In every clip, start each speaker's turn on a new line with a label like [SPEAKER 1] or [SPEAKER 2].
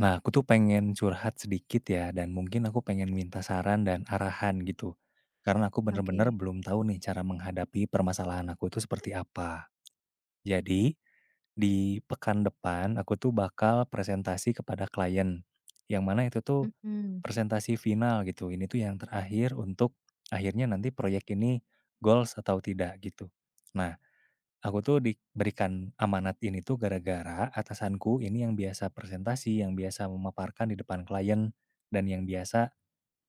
[SPEAKER 1] Nah, aku tuh pengen curhat sedikit ya, dan mungkin aku pengen minta saran dan arahan gitu. Karena aku bener-bener
[SPEAKER 2] Oke.
[SPEAKER 1] belum tahu nih cara menghadapi permasalahan aku itu seperti apa. Jadi, di pekan depan aku tuh bakal presentasi kepada klien. Yang mana itu tuh
[SPEAKER 2] Mhm.
[SPEAKER 1] presentasi final gitu. Ini tuh yang terakhir untuk akhirnya nanti proyek ini goals atau tidak gitu. Nah, aku tuh diberikan amanat ini tuh gara-gara atasanku ini yang biasa presentasi, yang biasa memaparkan di depan klien, dan yang biasa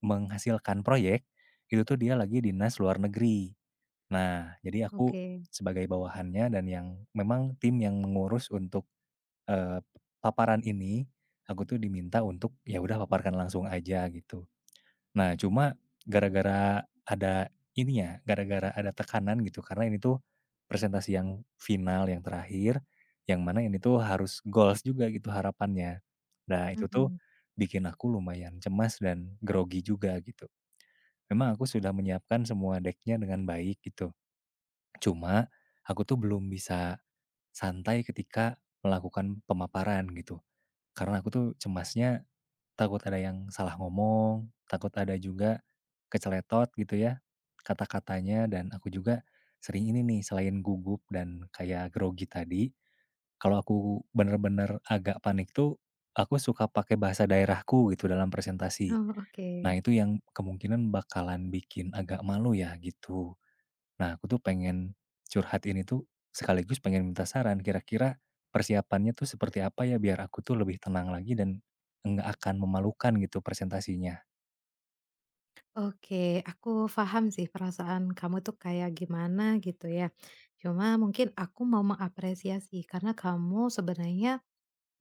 [SPEAKER 1] menghasilkan proyek, itu tuh dia lagi dinas luar negeri. Nah, jadi aku
[SPEAKER 2] Oke.
[SPEAKER 1] sebagai bawahannya dan yang memang tim yang mengurus untuk, eee, paparan ini, aku tuh diminta untuk, ya udah paparkan langsung aja gitu. Nah, cuma gara-gara ada ini ya, gara-gara ada tekanan gitu, karena ini tuh presentasi yang final, yang terakhir, yang mana ini tuh harus goals juga gitu harapannya. Nah, itu tuh
[SPEAKER 2] Mhm.
[SPEAKER 1] bikin aku lumayan cemas dan grogi juga gitu. Memang aku sudah menyiapkan semua decknya dengan baik gitu. Cuma aku tuh belum bisa santai ketika melakukan pemaparan gitu. Karena aku tuh cemasnya takut ada yang salah ngomong, takut ada juga keceletot gitu ya, kata-katanya dan aku juga sering ini nih selain gugup dan kayak grogi tadi, kalau aku bener-bener agak panik tuh, aku suka pakai bahasa daerahku gitu dalam presentasi.
[SPEAKER 2] Oh, oke.
[SPEAKER 1] Nah itu yang kemungkinan bakalan bikin agak malu ya gitu. Nah, aku tuh pengen curhat ini tuh sekaligus pengen minta saran kira-kira persiapannya tuh seperti apa ya biar aku tuh lebih tenang lagi dan nggak akan memalukan gitu presentasinya.
[SPEAKER 2] Oke, aku paham sih perasaan kamu tuh kayak gimana gitu ya. Cuma mungkin aku mau mengapresiasi karena kamu sebenarnya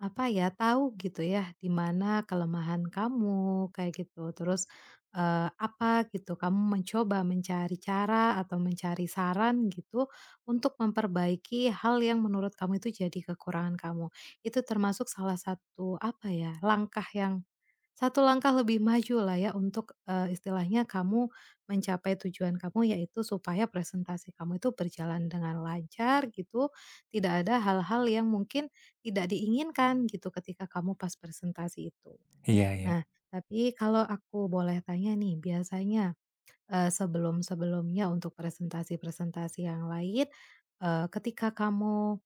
[SPEAKER 2] apa ya, tahu gitu ya, di mana kelemahan kamu, kayak gitu. Terus, apa gitu, kamu mencoba mencari cara atau mencari saran gitu, untuk memperbaiki hal yang menurut kamu itu jadi kekurangan kamu. Itu termasuk salah satu, apa ya, langkah yang satu langkah lebih maju lah ya untuk, istilahnya kamu mencapai tujuan kamu, yaitu supaya presentasi kamu itu berjalan dengan lancar gitu, tidak ada hal-hal yang mungkin tidak diinginkan gitu ketika kamu pas presentasi itu.
[SPEAKER 1] Iya, iya.
[SPEAKER 2] Nah, tapi kalau aku boleh tanya nih, biasanya, sebelum-sebelumnya untuk presentasi-presentasi yang lain, ketika kamu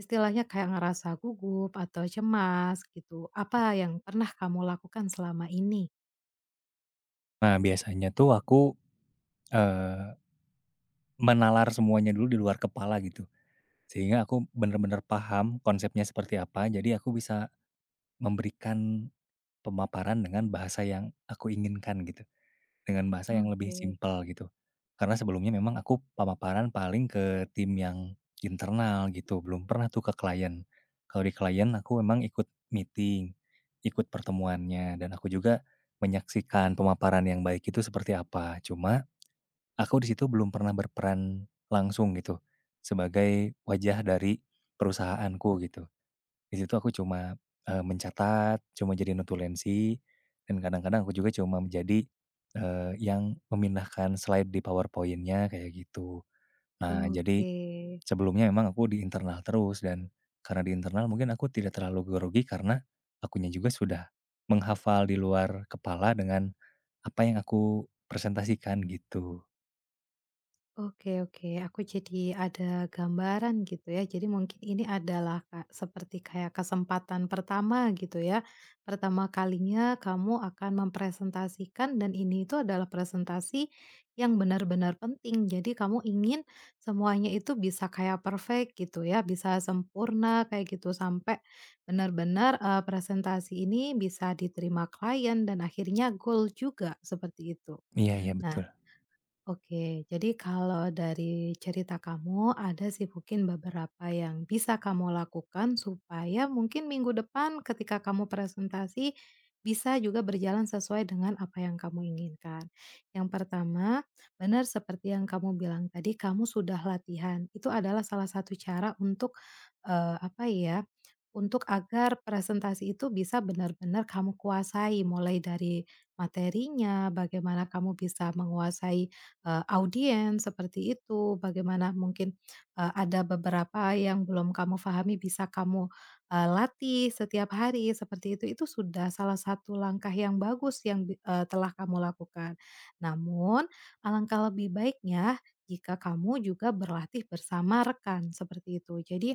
[SPEAKER 2] istilahnya kayak ngerasa gugup atau cemas gitu, apa yang pernah kamu lakukan selama ini?
[SPEAKER 1] Nah, biasanya tuh aku eh, menalar semuanya dulu di luar kepala gitu. Sehingga aku bener-bener paham konsepnya seperti apa, jadi aku bisa memberikan pemaparan dengan bahasa yang aku inginkan gitu. Dengan bahasa yang lebih
[SPEAKER 2] Oke,
[SPEAKER 1] simpel gitu. Karena sebelumnya memang aku pemaparan paling ke tim yang internal gitu, belum pernah tuh ke klien. Kalau di klien aku memang ikut meeting, ikut pertemuannya, dan aku juga menyaksikan pemaparan yang baik itu seperti apa. Cuma aku di situ belum pernah berperan langsung gitu, sebagai wajah dari perusahaanku gitu. Di situ aku cuma, mencatat, cuma jadi notulensi, dan kadang-kadang aku juga cuma menjadi, yang memindahkan slide di PowerPoint-nya kayak gitu. Nah, jadi
[SPEAKER 2] oke,
[SPEAKER 1] sebelumnya memang aku di internal terus dan karena di internal mungkin aku tidak terlalu grogi karena akunya juga sudah menghafal di luar kepala dengan apa yang aku presentasikan gitu.
[SPEAKER 2] oke, oke, aku jadi ada gambaran gitu ya. Jadi mungkin ini adalah ka seperti kayak kesempatan pertama gitu ya. Pertama kalinya kamu akan mempresentasikan dan ini itu adalah presentasi yang benar-benar penting. Jadi kamu ingin semuanya itu bisa kayak perfect gitu ya, bisa sempurna kayak gitu sampai benar-benar, presentasi ini bisa diterima klien dan akhirnya goal juga, seperti itu.
[SPEAKER 1] Iya iya
[SPEAKER 2] Nah,
[SPEAKER 1] betul.
[SPEAKER 2] oke, jadi kalau dari cerita kamu ada sih mungkin beberapa yang bisa kamu lakukan supaya mungkin minggu depan ketika kamu presentasi bisa juga berjalan sesuai dengan apa yang kamu inginkan. Yang pertama, benar seperti yang kamu bilang tadi, kamu sudah latihan. Itu adalah salah satu cara untuk eh, apa ya? Untuk agar presentasi itu bisa benar-benar kamu kuasai, mulai dari materinya, bagaimana kamu bisa menguasai audiens seperti itu, bagaimana mungkin, ada beberapa yang belum kamu pahami bisa kamu, latih setiap hari seperti itu. Itu sudah salah satu langkah yang bagus yang telah kamu lakukan. Namun alangkah lebih baiknya jika kamu juga berlatih bersama rekan seperti itu. Jadi,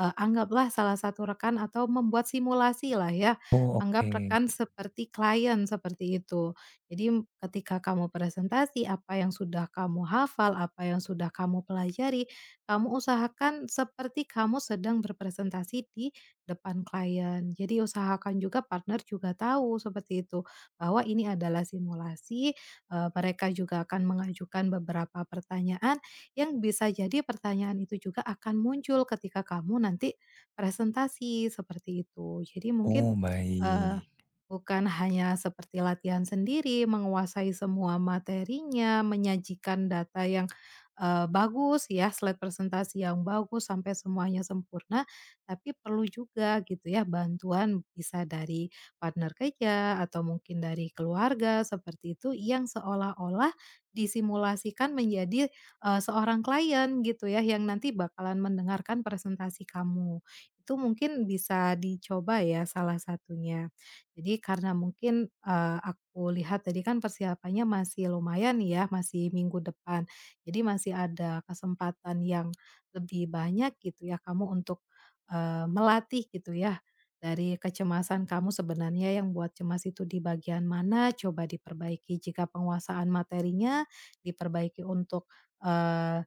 [SPEAKER 2] anggaplah salah satu rekan atau membuat simulasi lah ya,
[SPEAKER 1] Oh oke.
[SPEAKER 2] anggap rekan seperti klien seperti itu. Jadi ketika kamu presentasi, apa yang sudah kamu hafal, apa yang sudah kamu pelajari, kamu usahakan seperti kamu sedang berpresentasi di depan klien. Jadi usahakan juga partner juga tahu seperti itu, bahwa ini adalah simulasi, mereka juga akan mengajukan beberapa pertanyaan yang bisa jadi pertanyaan itu juga akan muncul ketika kamu nanti presentasi, seperti itu. Jadi mungkin,
[SPEAKER 1] Oh baik.
[SPEAKER 2] bukan hanya seperti latihan sendiri, menguasai semua materinya, menyajikan data yang, bagus ya, slide presentasi yang bagus sampai semuanya sempurna, tapi perlu juga gitu ya bantuan bisa dari partner kerja atau mungkin dari keluarga seperti itu yang seolah-olah disimulasikan menjadi, seorang klien gitu ya yang nanti bakalan mendengarkan presentasi kamu. Itu mungkin bisa dicoba ya salah satunya. Jadi karena mungkin, aku lihat tadi kan persiapannya masih lumayan ya, masih minggu depan. Jadi masih ada kesempatan yang lebih banyak gitu ya kamu untuk, melatih gitu ya, dari kecemasan kamu sebenarnya yang buat cemas itu di bagian mana, coba diperbaiki jika penguasaan materinya, diperbaiki untuk, eee,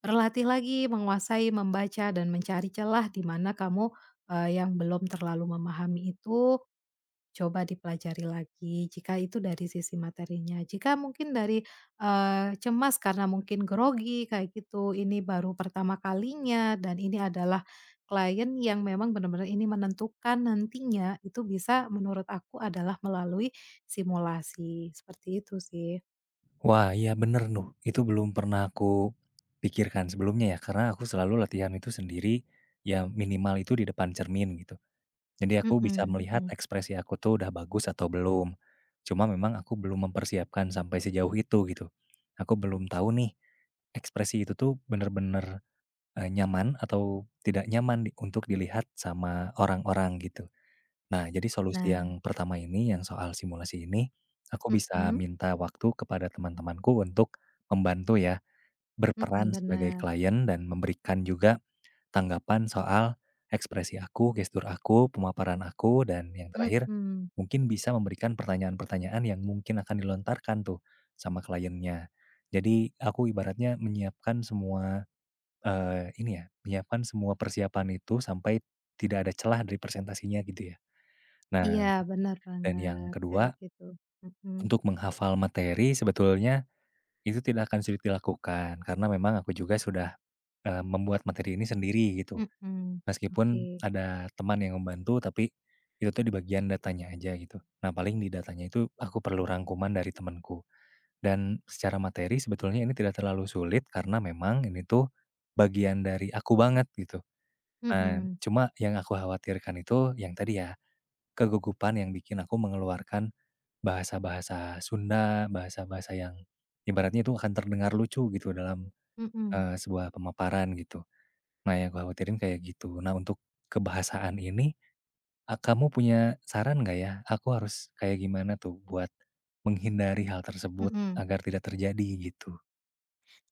[SPEAKER 2] berlatih lagi menguasai membaca dan mencari celah di mana kamu, yang belum terlalu memahami itu, coba dipelajari lagi jika itu dari sisi materinya. Jika mungkin dari, cemas karena mungkin grogi kayak gitu, ini baru pertama kalinya dan ini adalah klien yang memang benar-benar ini menentukan nantinya, itu bisa menurut aku adalah melalui simulasi, seperti itu sih.
[SPEAKER 1] Wah, iya bener nuh, itu belum pernah aku pikirkan sebelumnya ya, karena aku selalu latihan itu sendiri, ya minimal itu di depan cermin gitu. Jadi aku bisa
[SPEAKER 2] Mhm,
[SPEAKER 1] melihat
[SPEAKER 2] mhm.
[SPEAKER 1] ekspresi aku tuh udah bagus atau belum. Cuma memang aku belum mempersiapkan sampai sejauh itu gitu. Aku belum tahu nih, ekspresi itu tuh bener-bener, nyaman atau tidak nyaman di untuk dilihat sama orang-orang gitu. Nah, jadi solusi
[SPEAKER 2] Nah,
[SPEAKER 1] yang pertama ini, yang soal simulasi ini, aku bisa
[SPEAKER 2] mhm,
[SPEAKER 1] minta waktu kepada teman-temanku untuk membantu ya,
[SPEAKER 2] mhm,
[SPEAKER 1] berperan sebagai
[SPEAKER 2] benar.
[SPEAKER 1] klien dan memberikan juga tanggapan soal ekspresi aku, gestur aku, pemaparan aku, dan yang terakhir,
[SPEAKER 2] Mhm.
[SPEAKER 1] mungkin bisa memberikan pertanyaan-pertanyaan yang mungkin akan dilontarkan tuh sama kliennya. Jadi aku ibaratnya menyiapkan semua, ini ya, menyiapkan semua persiapan itu sampai tidak ada celah dari presentasinya gitu ya. Nah
[SPEAKER 2] Iya, benar
[SPEAKER 1] dan yang
[SPEAKER 2] banget,
[SPEAKER 1] kedua,
[SPEAKER 2] kayak gitu. Mhm,
[SPEAKER 1] untuk menghafal materi sebetulnya itu tidak akan sulit dilakukan karena memang aku juga sudah, membuat materi ini sendiri gitu.
[SPEAKER 2] mhm. Oke.
[SPEAKER 1] Meskipun ada teman yang membantu tapi itu tuh di bagian datanya aja gitu. Nah paling di datanya itu aku perlu rangkuman dari temanku. Dan secara materi sebetulnya ini tidak terlalu sulit karena memang ini tuh bagian dari aku banget gitu. Nah,
[SPEAKER 2] Mhm,
[SPEAKER 1] cuma yang aku khawatirkan itu yang tadi ya, kegugupan yang bikin aku mengeluarkan bahasa-bahasa Sunda, bahasa-bahasa yang ibaratnya itu akan terdengar lucu gitu dalam,
[SPEAKER 2] mhm.
[SPEAKER 1] sebuah pemaparan gitu. Nah yang gue khawatirin kayak gitu. Nah untuk kebahasaan ini, kamu punya saran nggak ya? Aku harus kayak gimana tuh buat menghindari hal tersebut
[SPEAKER 2] Mhm.
[SPEAKER 1] agar tidak terjadi gitu?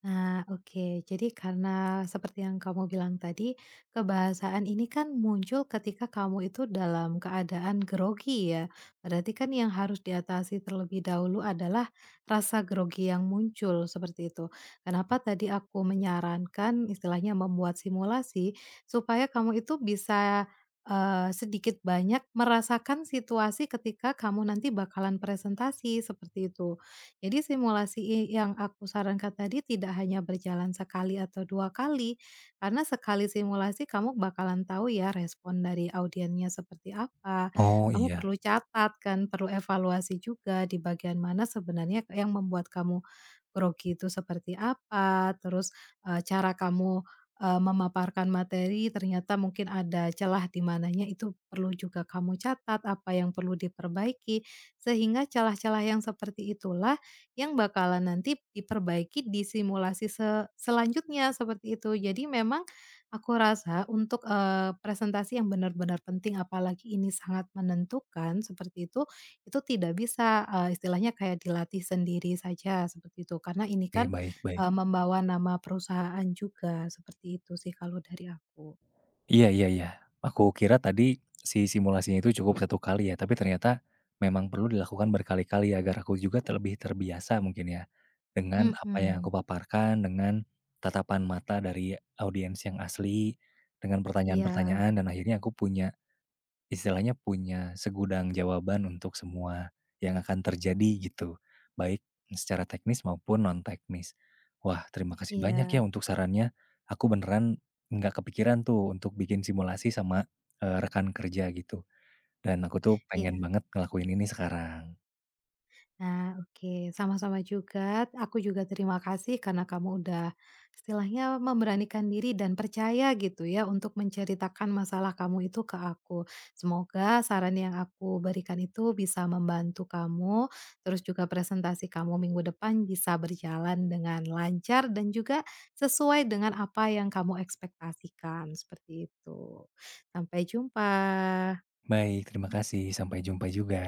[SPEAKER 2] Nah, oke. Jadi karena seperti yang kamu bilang tadi, kebahasaan ini kan muncul ketika kamu itu dalam keadaan grogi ya. Berarti kan yang harus diatasi terlebih dahulu adalah rasa grogi yang muncul seperti itu. Kenapa tadi aku menyarankan istilahnya membuat simulasi supaya kamu itu bisa sedikit banyak merasakan situasi ketika kamu nanti bakalan presentasi seperti itu. Jadi simulasi yang aku sarankan tadi tidak hanya berjalan sekali atau 2 kali, karena sekali simulasi kamu bakalan tahu ya respon dari audiennya seperti apa,
[SPEAKER 1] Oh
[SPEAKER 2] kamu
[SPEAKER 1] iya.
[SPEAKER 2] perlu catat kan, perlu evaluasi juga di bagian mana sebenarnya yang membuat kamu grogi itu seperti apa, terus, cara kamu, memaparkan materi ternyata mungkin ada celah di mananya itu perlu juga kamu catat apa yang perlu diperbaiki, sehingga celah-celah yang seperti itulah yang bakalan nanti diperbaiki di simulasi selanjutnya, seperti itu. Jadi memang aku rasa untuk, presentasi yang benar-benar penting, apalagi ini sangat menentukan seperti itu tidak bisa, istilahnya kayak dilatih sendiri saja, seperti itu. Karena ini
[SPEAKER 1] Oke
[SPEAKER 2] kan,
[SPEAKER 1] baik baik.
[SPEAKER 2] membawa nama perusahaan juga, seperti itu sih kalau dari aku.
[SPEAKER 1] Iya iya iya. Aku kira tadi si simulasinya itu cukup satu kali ya, tapi ternyata memang perlu dilakukan berkali-kali agar aku juga terlebih terbiasa mungkin ya, dengan apa yang aku
[SPEAKER 2] Mhm.
[SPEAKER 1] paparkan, dengan tatapan mata dari audiens yang asli, dengan
[SPEAKER 2] Iya,
[SPEAKER 1] pertanyaan-pertanyaan dan akhirnya aku punya istilahnya punya segudang jawaban untuk semua yang akan terjadi gitu, baik secara teknis maupun non-teknis. Wah, terima kasih banyak ya
[SPEAKER 2] iya,
[SPEAKER 1] untuk sarannya. Aku beneran nggak kepikiran tuh untuk bikin simulasi sama, rekan kerja gitu, dan aku tuh pengen
[SPEAKER 2] iya.
[SPEAKER 1] banget ngelakuin ini sekarang.
[SPEAKER 2] Nah, oke, sama-sama juga. Aku juga terima kasih karena kamu udah istilahnya memberanikan diri dan percaya gitu ya untuk menceritakan masalah kamu itu ke aku. Semoga saran yang aku berikan itu bisa membantu kamu, terus juga presentasi kamu minggu depan bisa berjalan dengan lancar dan juga sesuai dengan apa yang kamu ekspektasikan, seperti itu. Sampai jumpa.
[SPEAKER 1] Baik, terima kasih. Sampai jumpa juga.